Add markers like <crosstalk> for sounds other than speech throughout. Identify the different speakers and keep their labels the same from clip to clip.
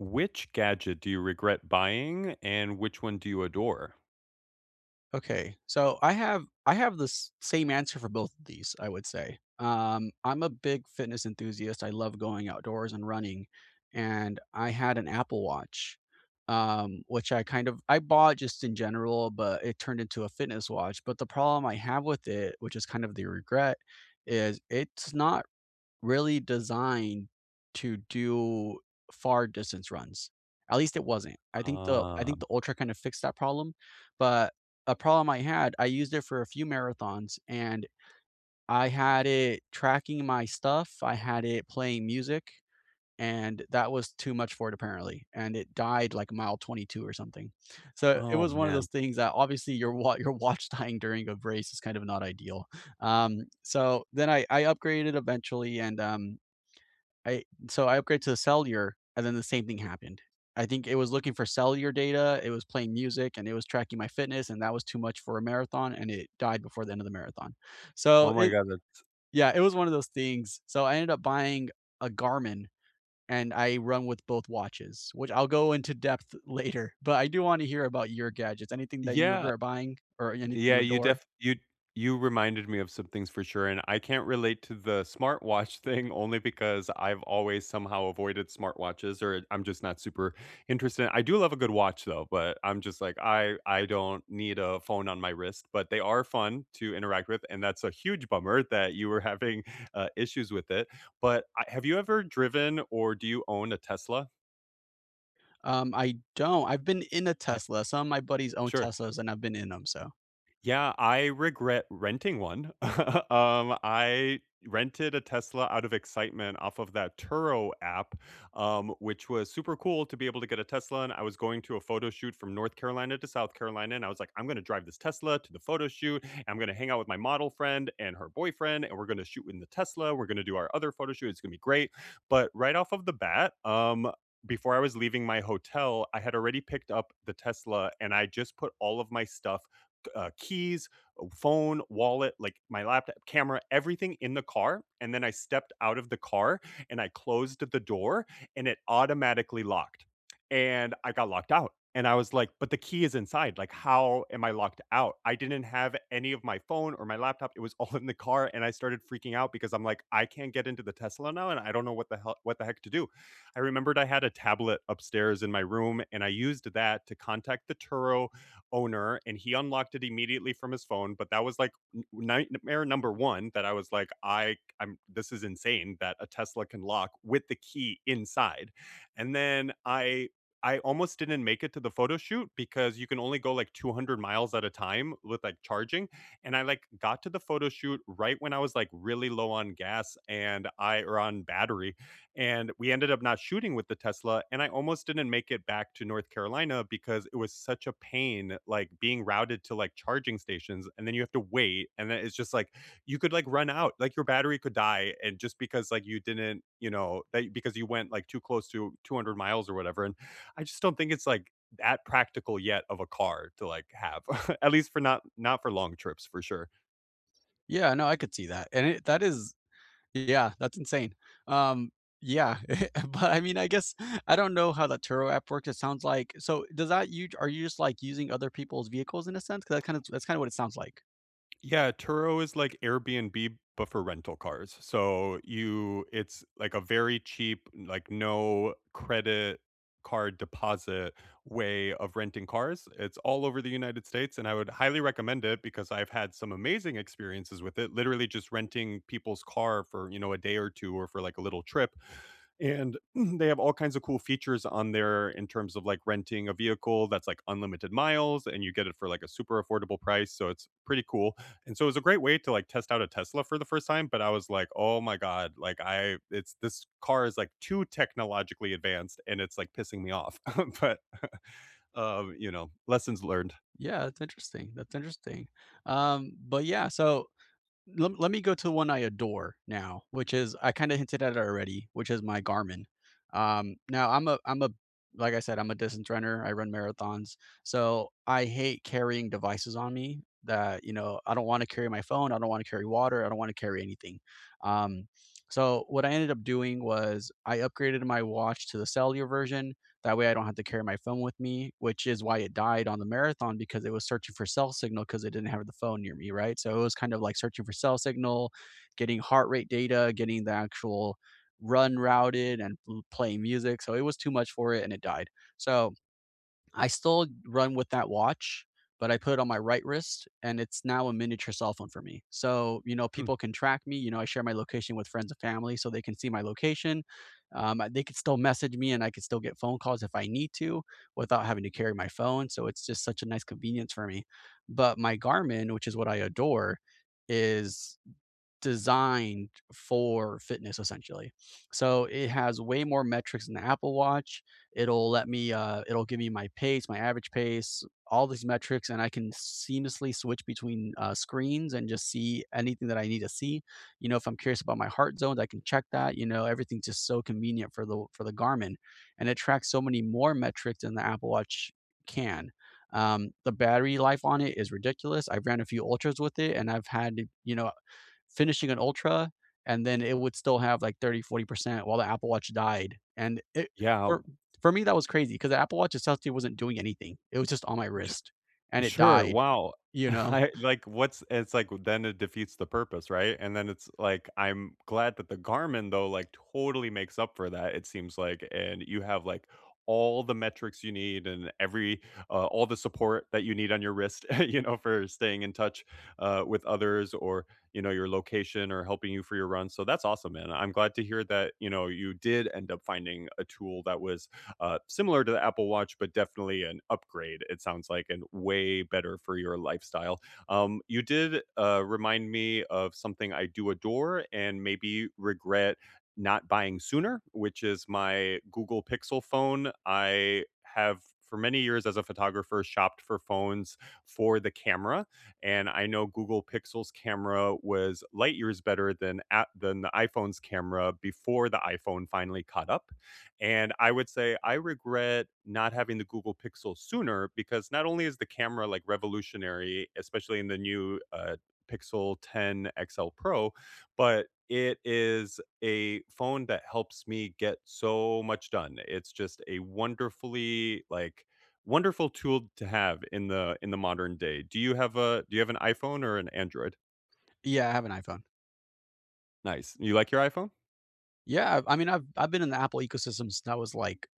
Speaker 1: Which gadget do you regret buying and which one do you adore?
Speaker 2: Okay, so I have this same answer for both of these, I would say. I'm a big fitness enthusiast. I love going outdoors and running, and I had an Apple Watch, which I kind of I bought just in general, but it turned into a fitness watch. But the problem I have with it, which is kind of the regret, is it's not really designed to do far distance runs. At least it wasn't. I
Speaker 1: Ah,
Speaker 2: think the Ultra kind of fixed that problem, but a problem I had, I used it for a few marathons and I had it tracking my stuff, I had it playing music, and that was too much for it apparently, and it died like mile 22 or something. So it
Speaker 1: oh
Speaker 2: was one of
Speaker 1: man.
Speaker 2: those things that obviously your watch <laughs> dying during a race is kind of not ideal. So then I upgraded eventually and, I so I upgraded to the cellular, and then the same thing happened. I think it was looking for cellular data, it was playing music, and it was tracking my fitness, and that was too much for a marathon, and it died before the end of the marathon.
Speaker 1: Oh
Speaker 2: So
Speaker 1: my
Speaker 2: it
Speaker 1: god, that
Speaker 2: yeah, it was one of those things. So I ended up buying a Garmin, and I run with both watches, which I'll go into depth <laughs> later. But I do want to hear about your gadgets. Anything that you
Speaker 1: yeah.
Speaker 2: regret buying or anything
Speaker 1: Yeah,
Speaker 2: you
Speaker 1: you
Speaker 2: adore?
Speaker 1: def you you reminded me of some things for sure, and I can't relate to the smartwatch <laughs> thing only because I've always somehow avoided smartwatches or I'm just not super interested. I do love a good watch though, but I'm just like I don't need a phone on my wrist, but they are fun to interact with, and that's a huge bummer that you were having issues with it. But have you ever driven or do you own a Tesla?
Speaker 2: I don't. I've been in a
Speaker 1: I,
Speaker 2: Tesla. Some of my buddies own
Speaker 1: sure.
Speaker 2: Teslas, and I've been in them. So.
Speaker 1: Yeah, I regret renting one. <laughs> I rented a Tesla out of excitement off of that Turo app, which was super cool to be able to get a Tesla. And I was going to a photo shoot from North Carolina to South Carolina. And I was like, I'm going to drive this Tesla to the photo shoot. And I'm going to hang out with my model friend and her boyfriend. And we're going to shoot in the Tesla. We're going to do our other photo shoot. It's going to be great. But right off of the bat, before I was leaving my hotel, I had already picked up the Tesla and I just put all of my stuff keys, phone, wallet, like my laptop, camera, everything in the car. And then I stepped out of the car and I closed the door and it automatically locked. And I got locked out. And I was like, but the key is inside. Like, how am I locked out? I didn't have any of my phone or my laptop. It was <laughs> all in the car. And I started freaking out because I'm like, I can't get into the Tesla now. And I don't know what the hell, what the heck to do. I remembered I had a tablet upstairs in my room and I used that to contact the Turo owner and he unlocked it immediately from his phone, but that was like nightmare number 1, that I was like I'm this is insane that a Tesla can lock with the key inside. And then I almost didn't make it to the photo shoot because you can only go like 200 miles at a time with like charging, and I like got to the photo shoot right when I was like really low on gas, and I or on battery, and we ended up not shooting with the Tesla. And I almost didn't make it back to North Carolina because it was such a pain, like being routed to like charging stations. And then you have to wait. And then it's just like you could like run out, like your battery could die. And just because like you didn't, you know, that because you went like too close to 200 miles or whatever. And I just don't think it's like that practical yet of a car to like have, <laughs> at least for not, not for long trips for sure.
Speaker 2: Yeah, no, I could see that, and it that is yeah, that's insane. Um, yeah, <laughs> but I mean, I guess I don't know how the Turo app works, it sounds like so does that you are you just, like, using other people's vehicles in a sense? Because that's kinda what it sounds like.
Speaker 1: Yeah, Turo is like Airbnb, but for rental cars. So you, it's like a very cheap, like no credit card deposit way of renting cars. It's all over the United States, and I would highly recommend it because I've had some amazing experiences with it. Literally, just renting people's car for, you know, a day or two, or for like a little trip. And <clears throat> they have all kinds of cool features on there in terms of like renting a vehicle that's like unlimited miles and you get it for like a super affordable price. So it's pretty cool and so it was a great way to like test out a Tesla for the first time, but I was like, "Oh my god, like I it's this car is like too technologically advanced and it's like pissing me off." <laughs> But <laughs> you know, lessons learned.
Speaker 2: Yeah, that's interesting, that's interesting. But yeah, so let me go to the one I adore now, which is I kinda hinted at it already, which is my Garmin. Now I'm a like I said, I'm a distance runner, I run marathons, so I hate carrying devices on me that, you know, I don't wanna carry my phone, I don't wanna carry water, I don't wanna carry anything. Um, so what I ended up doing was I upgraded my watch to the cellular version that way I don't have to carry my phone with me, which is why it died on the marathon because it was searching for cell signal because it didn't have the phone near me, right? So it was kind of like searching for cell signal, getting heart rate data, getting the actual run routed and playing music. So it was too much for it and it died. So I still run with that watch, but I put it on my right wrist and it's now a miniature cell phone for me. So, you know,
Speaker 1: Mm.
Speaker 2: people can track me. You know, I share my location with friends and family so they can see my location. They could still message me and I could still get phone calls if I need to without having to carry my phone. So it's just such a nice convenience for me. But my Garmin, which is what I adore, is designed for fitness essentially. So it has way more metrics than the Apple Watch. It'll give me my pace, my average pace, all these metrics and I can seamlessly switch between screens and just see anything that I need to see. You know, if I'm curious about my heart zones, I can check that. You know, everything's just so convenient for the Garmin and it tracks so many more metrics than the Apple Watch can. The battery life on it is ridiculous. I've ran a few ultras with it and I've had, you know, finishing an Ultra, and then it would still have like 30, 40% while the Apple Watch died. And it
Speaker 1: Yeah.
Speaker 2: for for me, that was crazy because the Apple Watch essentially wasn't doing anything. It was just on my wrist and it
Speaker 1: Sure,
Speaker 2: died,
Speaker 1: wow. <laughs>
Speaker 2: you know?
Speaker 1: I like, what's it's like, then it defeats the purpose, right? And then it's like, I'm glad that the Garmin, though, like, totally makes up for that, it seems like, and you have, like, all the metrics you need and every all the support that you need on your wrist, <laughs> you know, for staying in touch, with others or, you know, your location or helping you for your run, so that's awesome, man. I'm glad to hear that, you know, you did end up finding a tool that was, similar to the Apple Watch, but definitely an upgrade, it sounds like, and way better for your lifestyle. You did remind me of something I do adore and maybe regret not buying sooner, which is my Google Pixel phone. I have for many years as a photographer shopped for phones for the camera, and I know Google Pixel's camera was light years better than than the iPhone's camera before the iPhone finally caught up, and I would say I regret not having the Google Pixel sooner because not only is the camera like revolutionary, especially in the new Pixel 10 XL Pro, but it is a phone that helps me get so much done. It's just a wonderful tool to have in the modern day. Do you have an iPhone or an Android?
Speaker 2: Yeah, I have an iPhone.
Speaker 1: Nice. You like your iPhone?
Speaker 2: Yeah, I mean, I've been in the Apple ecosystem since I was like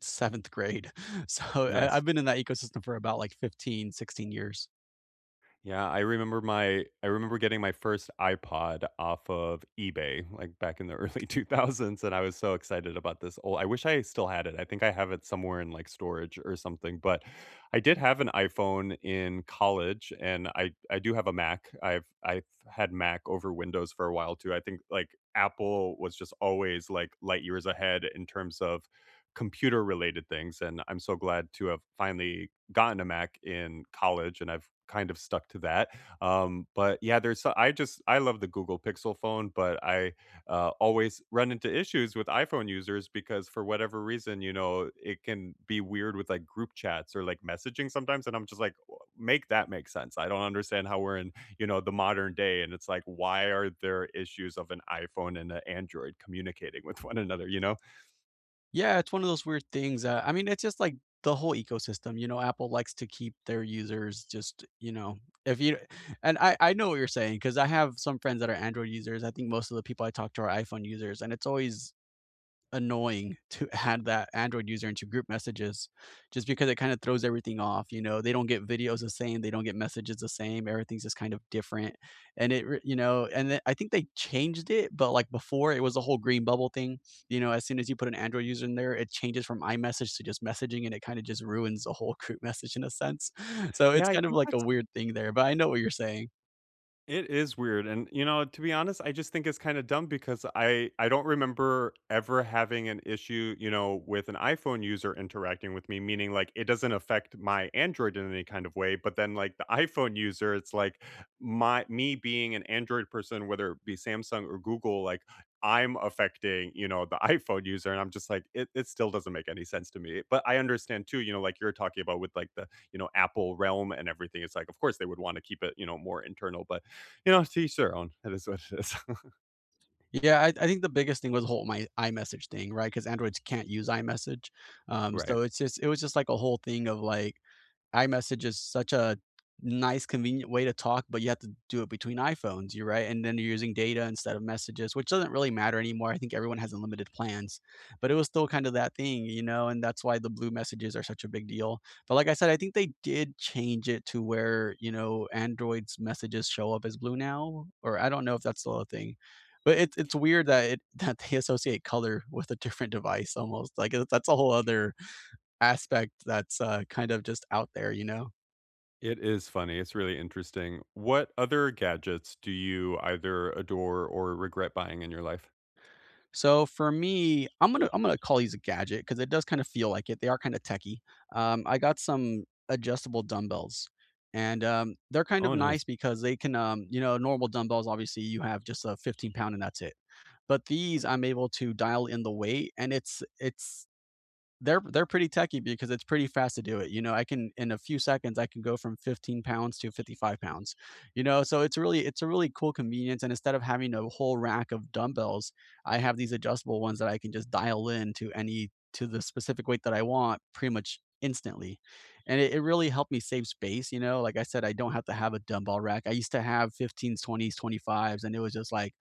Speaker 2: seventh grade. <laughs> So I've
Speaker 1: Nice.
Speaker 2: been in that ecosystem for about like 15, 16 years.
Speaker 1: Yeah, I remember getting my first iPod off of eBay, like, back in the <laughs> early 2000s, and I was so excited about this old I wish I still had it, I think I have it somewhere in, like, storage or something, but I did have an iPhone in college, and I do have a Mac, I've had Mac over Windows for a while too, I think, like, Apple was just always, like, light years ahead in terms of computer-related things, and I'm so glad to have finally gotten a Mac in college, and I've kind of stuck to that. But yeah, there's so- I just I love the Google Pixel phone, but I always run into issues with iPhone users because for whatever reason, you know, it can be weird with like group chats or like messaging sometimes, and I'm just like, "W- make that make sense. I don't understand how we're in you know the modern day, and it's like, why are there issues of an iPhone and an Android communicating with one another? You know?
Speaker 2: Yeah, it's one of those weird things, I mean, it's just like the whole ecosystem, you know, Apple likes to keep their users just, you know, if you and I know what you're saying because I have some friends that are Android users, I think most of the people I talk to are iPhone users, and it's always annoying <laughs> to add that Android user into group messages just because it kind of throws everything off, you know, they don't get videos the same, they don't get messages the same, everything's just kind of different. And you know, and then I think they changed it, but like before it was a whole green bubble thing. You know, as soon as you put an Android user in there, it changes from iMessage to just messaging and it kind of just ruins the whole <laughs> group message in a sense. <laughs> So
Speaker 1: Yeah,
Speaker 2: it's
Speaker 1: I
Speaker 2: kind of
Speaker 1: think
Speaker 2: like a
Speaker 1: that's
Speaker 2: weird thing there, but I know what you're saying.
Speaker 1: it is weird, and, you know, to be honest, I just think it's kinda dumb because I don't remember ever having an issue, you know, with an iPhone user interacting with me, meaning, like, it doesn't affect my Android in any kind of way, but then, like, the iPhone user, it's like my me being an Android person, whether it be Samsung or Google, like, I'm affecting, you know, the <laughs> iPhone user, and I'm just like, it still doesn't make any sense to me, but I understand too, you know, like you're talking about with, like, the, you know, Apple realm and everything, it's like, of course, they would wanna keep it, you know, more internal, but you know, to each their own. That is what it is. <laughs>
Speaker 2: Yeah, I think the biggest thing was the whole my iMessage thing, right? Because Androids can't use iMessage,
Speaker 1: Right.
Speaker 2: so it was just like a whole thing of like, iMessage is such a nice, convenient way to talk, but you have to do it between iPhones. You're right, and then you're using data instead of messages, which doesn't really matter anymore. I think everyone has unlimited plans, but it was still kind of that thing, you know, and that's why the blue messages are such a big deal. But like I said, I think they did change it to where, you know, Android's messages show up as blue now, or I don't know if that's still a thing. But it's weird that it <laughs> that they associate color with a different device almost. That's a whole other aspect that's, kind of just out there, you know?
Speaker 1: It is funny. It's really interesting. What other gadgets do you either adore or regret buying in your life?
Speaker 2: So for me, I'm gonna call these a gadget because it does kinda feel like it. They are kinda techy. I got some adjustable dumbbells, and, they're kind of
Speaker 1: Oh, nice.
Speaker 2: nice because you know, normal dumbbells, obviously, you have just a 15 pound and that's it. But these, I'm able to dial in the weight, and it's they're pretty techy because it's pretty fast to do it. You know, I can in a few seconds I can go from 15 pounds to 55 pounds. You know, so it's a really cool convenience. And instead of having a whole rack of dumbbells, I have these adjustable ones that I can just dial in to the specific weight that I want pretty much instantly. And it really helped me save space, you know. Like I said, I don't have to have a dumbbell rack. I used to have 15s, 20s, 25s, and it was just like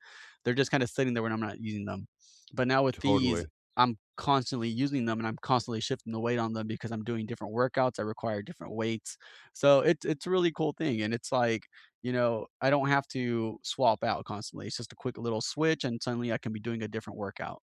Speaker 2: they're just kind of sitting there when I'm not using them. But now with these,
Speaker 1: Totally.
Speaker 2: I'm constantly using them and I'm constantly shifting the weight on them because I'm doing different workouts that require different weights. So it's a really cool thing. And it's like, you know, I don't have to swap out constantly. It's just a quick little switch and suddenly I can be doing a different workout.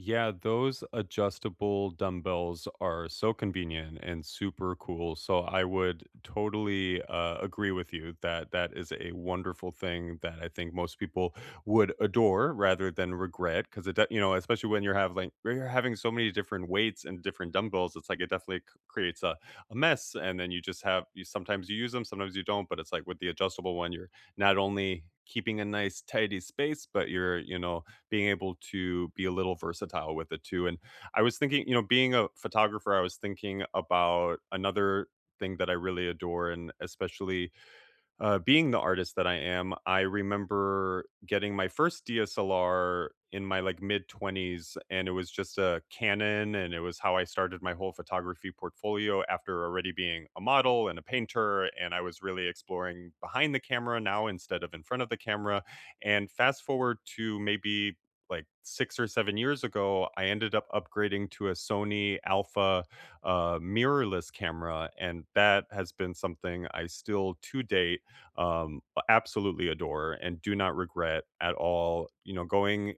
Speaker 1: Yeah, those adjustable dumbbells are so convenient and super cool. So I would totally agree with you that that is a wonderful thing that I think most people would adore rather than regret because you know, especially when you're having like, when you're having so many different weights and different dumbbells, it's like it definitely creates a mess. And then you just have you sometimes you use them, sometimes you don't. But it's like with the adjustable one, you're not only keeping a nice tidy space, but you're you know being able to be a little versatile with it too. And I was thinking, you know, being a photographer, I was thinking about another thing that I really adore, and especially being the artist that I am, I remember getting my first DSLR in my like mid 20s, and it was just a Canon, and it was how I started my whole photography portfolio after already being a model and a painter. And I was really exploring behind the camera now instead of in front of the camera. And fast forward to maybe like 6 or 7 years ago, I ended up upgrading to a Sony Alpha mirrorless camera, and that has been something I still to date um, absolutely adore and do not regret at all, you know, going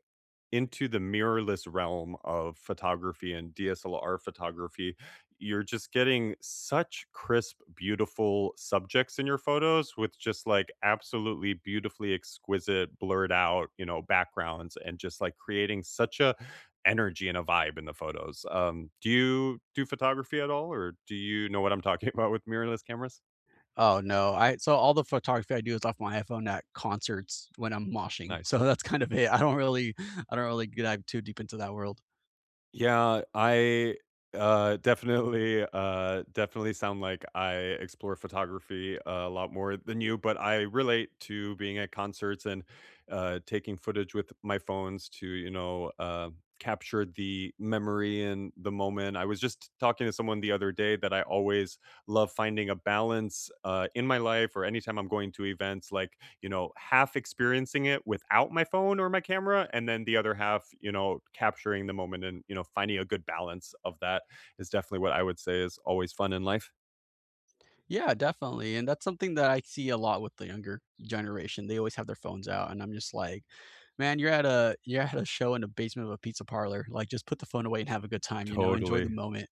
Speaker 1: into the mirrorless realm of photography and DSLR photography. You're just getting such crisp, beautiful subjects in your photos with just like absolutely beautifully exquisite, blurred out, you know, backgrounds and just like creating such a energy and a vibe in the photos. Do you do photography at all or do you know what I'm talking <laughs> about with mirrorless cameras?
Speaker 2: Oh no. I so all the photography I do is off my iPhone at concerts when I'm moshing. <laughs>
Speaker 1: Nice.
Speaker 2: So that's kind of it. I don't really dive too deep into that world.
Speaker 1: Yeah, definitely, definitely sound like I explore photography a lot more than you, but I relate to being at concerts and, taking footage with my phones to, you know, capture the memory and the moment. I was just talking to someone the other day that I always love finding a balance, in my life or anytime I'm going to events, like you know, half experiencing it without my phone or my camera, and then the other half, you know, capturing the moment and, you know, finding a good balance of that is definitely what I would say is always fun in life.
Speaker 2: Yeah, definitely. And that's something that I see a lot with the younger generation. They always have their phones out and I'm just like, "Man, you're at a show in the basement of a pizza parlor. Like, just put the phone away and have a good time, you know? Enjoy the
Speaker 1: Totally.
Speaker 2: moment."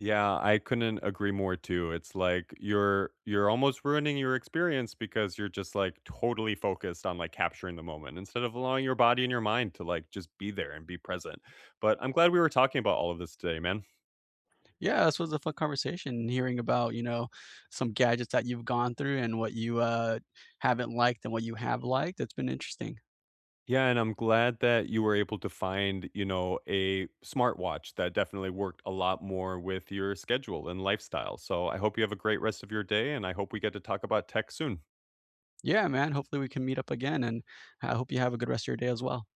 Speaker 1: Yeah, I couldn't agree more too. It's like you're almost ruining your experience because you're just like totally focused on like capturing the moment instead of allowing your body and your mind to like just be there and be present. But I'm glad we were talking about all of this today, man.
Speaker 2: Yeah, this was a fun conversation hearing about, you know, some gadgets that you've gone through and what you haven't liked and what you have liked. It's been interesting.
Speaker 1: Yeah, and I'm glad that you were able to find, you know, a smartwatch that definitely worked a lot more with your schedule and lifestyle. So I hope you have a great rest of your day, and I hope we get to talk about tech soon.
Speaker 2: Yeah, man. Hopefully we can meet up again and I hope you have a good rest of your day as well.